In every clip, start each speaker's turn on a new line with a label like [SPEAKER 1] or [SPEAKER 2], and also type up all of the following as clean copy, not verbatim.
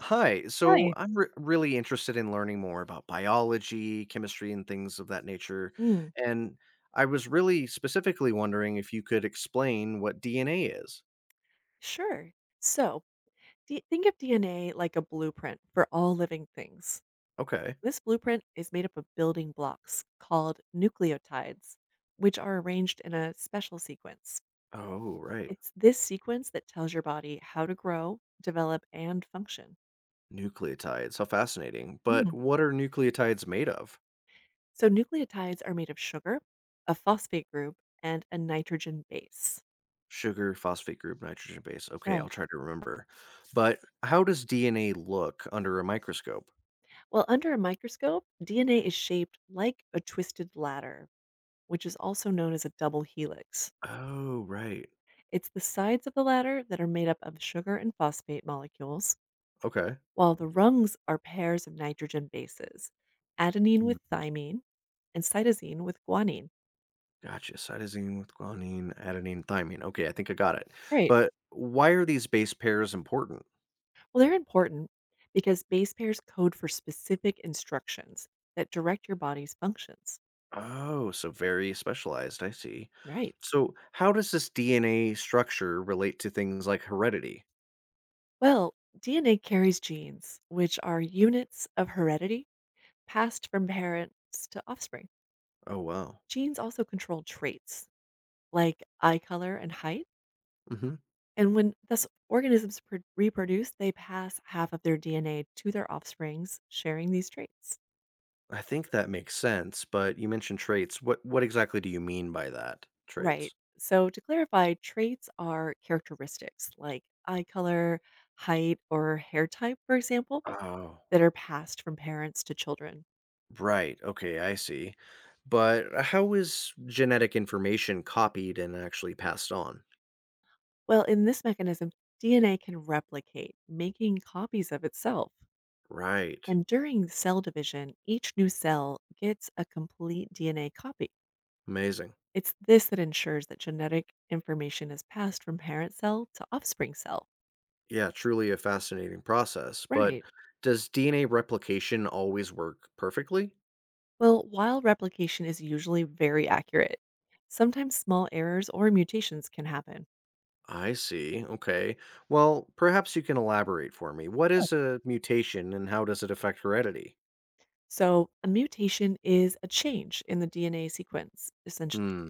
[SPEAKER 1] Hi, so
[SPEAKER 2] Hi.
[SPEAKER 1] really interested in learning more about biology, chemistry, and things of that nature.
[SPEAKER 2] Mm,
[SPEAKER 1] And I was really specifically wondering if you could explain what DNA is.
[SPEAKER 2] sure. So, think of DNA like a blueprint for all living things.
[SPEAKER 1] Okay.
[SPEAKER 2] This blueprint is made up of building blocks called nucleotides, which are arranged in a special sequence.
[SPEAKER 1] Oh, right.
[SPEAKER 2] It's this sequence that tells your body how to grow, develop, and function.
[SPEAKER 1] Nucleotides. How fascinating. But
[SPEAKER 2] Mm.
[SPEAKER 1] what are nucleotides made of?
[SPEAKER 2] So, nucleotides are made of sugar, a phosphate group, and a nitrogen base.
[SPEAKER 1] Sugar, phosphate group, nitrogen base. Okay, I'll
[SPEAKER 2] Right.
[SPEAKER 1] try to remember. But how does DNA look under a microscope?
[SPEAKER 2] Well, under a microscope, DNA is shaped like a twisted ladder which is also known as a double helix.
[SPEAKER 1] Oh, right.
[SPEAKER 2] It's the sides of the ladder that are made up of sugar and phosphate molecules,
[SPEAKER 1] Okay.
[SPEAKER 2] while the rungs are pairs of nitrogen bases, adenine with thymine and cytosine with guanine.
[SPEAKER 1] Gotcha. Cytosine with guanine, adenine, thymine. Okay, I think I got it.
[SPEAKER 2] Right.
[SPEAKER 1] But why are these base pairs important?
[SPEAKER 2] Well, they're important because base pairs code for specific instructions that direct your body's functions.
[SPEAKER 1] Oh, so very specialized. I see.
[SPEAKER 2] Right.
[SPEAKER 1] So, how does this DNA structure relate to things like heredity?
[SPEAKER 2] Well, DNA carries genes, which are units of heredity passed from parents to offspring.
[SPEAKER 1] Oh, wow.
[SPEAKER 2] Genes also control traits like eye color and height.
[SPEAKER 1] Hmm.
[SPEAKER 2] And when thus organisms reproduce, they pass half of their DNA to their offsprings, sharing these traits.
[SPEAKER 1] I think that makes sense. But you mentioned traits. What exactly do you mean by that?
[SPEAKER 2] Right.
[SPEAKER 1] Traits.
[SPEAKER 2] So to clarify, traits are characteristics like eye color, height, or hair type, for example,
[SPEAKER 1] Oh,
[SPEAKER 2] that are passed from parents to children.
[SPEAKER 1] right. Okay, I see. But how is genetic information copied and actually passed on?
[SPEAKER 2] Well, in this mechanism, DNA can replicate, making copies of itself.
[SPEAKER 1] Right.
[SPEAKER 2] And during cell division, each new cell gets a complete DNA copy.
[SPEAKER 1] Amazing.
[SPEAKER 2] It's this that ensures that genetic information is passed from parent cell to offspring cell.
[SPEAKER 1] Yeah, truly a fascinating process. But
[SPEAKER 2] Right.
[SPEAKER 1] does DNA replication always work perfectly?
[SPEAKER 2] Well, while replication is usually very accurate, sometimes small errors or mutations can happen.
[SPEAKER 1] I see. Okay. Well, perhaps you can elaborate for me. What is a mutation and how does it affect heredity?
[SPEAKER 2] So, a mutation is a change in the DNA sequence, essentially.
[SPEAKER 1] Hmm,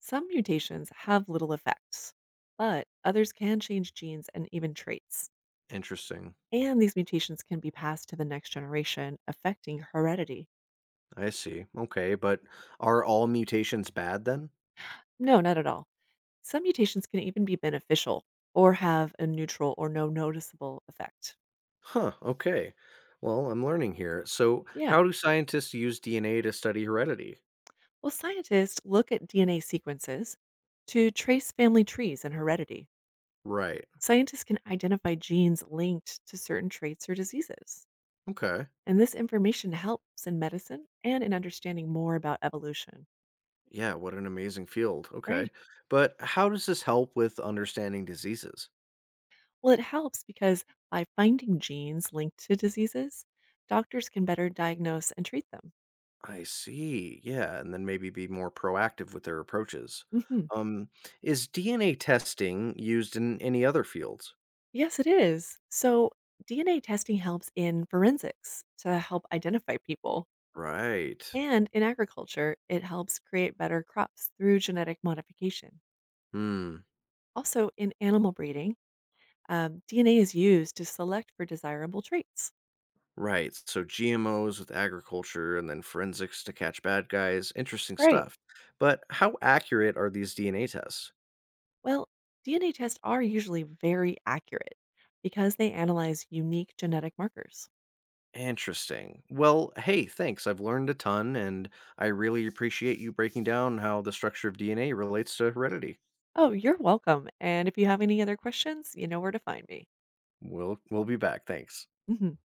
[SPEAKER 2] Some mutations have little effects, but others can change genes and even traits.
[SPEAKER 1] interesting.
[SPEAKER 2] And these mutations can be passed to the next generation, affecting heredity.
[SPEAKER 1] I see. Okay, but are all mutations bad then?
[SPEAKER 2] No, not at all. Some mutations can even be beneficial or have a neutral or no noticeable effect.
[SPEAKER 1] Huh, okay. Well, I'm learning here. So,
[SPEAKER 2] Yeah.
[SPEAKER 1] how do scientists use DNA to study heredity?
[SPEAKER 2] Well, scientists look at DNA sequences to trace family trees and heredity.
[SPEAKER 1] Right.
[SPEAKER 2] Scientists can identify genes linked to certain traits or diseases.
[SPEAKER 1] Okay.
[SPEAKER 2] And this information helps in medicine and in understanding more about evolution.
[SPEAKER 1] Yeah, what an amazing field.
[SPEAKER 2] Right.
[SPEAKER 1] Okay. But how does this help with understanding diseases?
[SPEAKER 2] Well, it helps because by finding genes linked to diseases, doctors can better diagnose and treat them.
[SPEAKER 1] I see. Yeah, and then maybe be more proactive with their approaches.
[SPEAKER 2] Mhm.
[SPEAKER 1] Um, is DNA testing used in any other fields?
[SPEAKER 2] Yes, it is. So, DNA testing helps in forensics to help identify people,
[SPEAKER 1] Right.
[SPEAKER 2] and in agriculture, it helps create better crops through genetic modification.
[SPEAKER 1] Hmm.
[SPEAKER 2] Also, in animal breeding, DNA is used to select for desirable traits.
[SPEAKER 1] Right. So GMOs with agriculture and then forensics to catch bad guys. Interesting
[SPEAKER 2] Right.
[SPEAKER 1] stuff. But how accurate are these DNA tests?
[SPEAKER 2] Well, DNA tests are usually very accurate because they analyze unique genetic markers.
[SPEAKER 1] Interesting. Well, hey, thanks. I've learned a ton, and I really appreciate you breaking down how the structure of DNA relates to heredity.
[SPEAKER 2] Oh, you're welcome. And if you have any other questions, you know where to find me.
[SPEAKER 1] We'll be back. Thanks.
[SPEAKER 2] Mhm.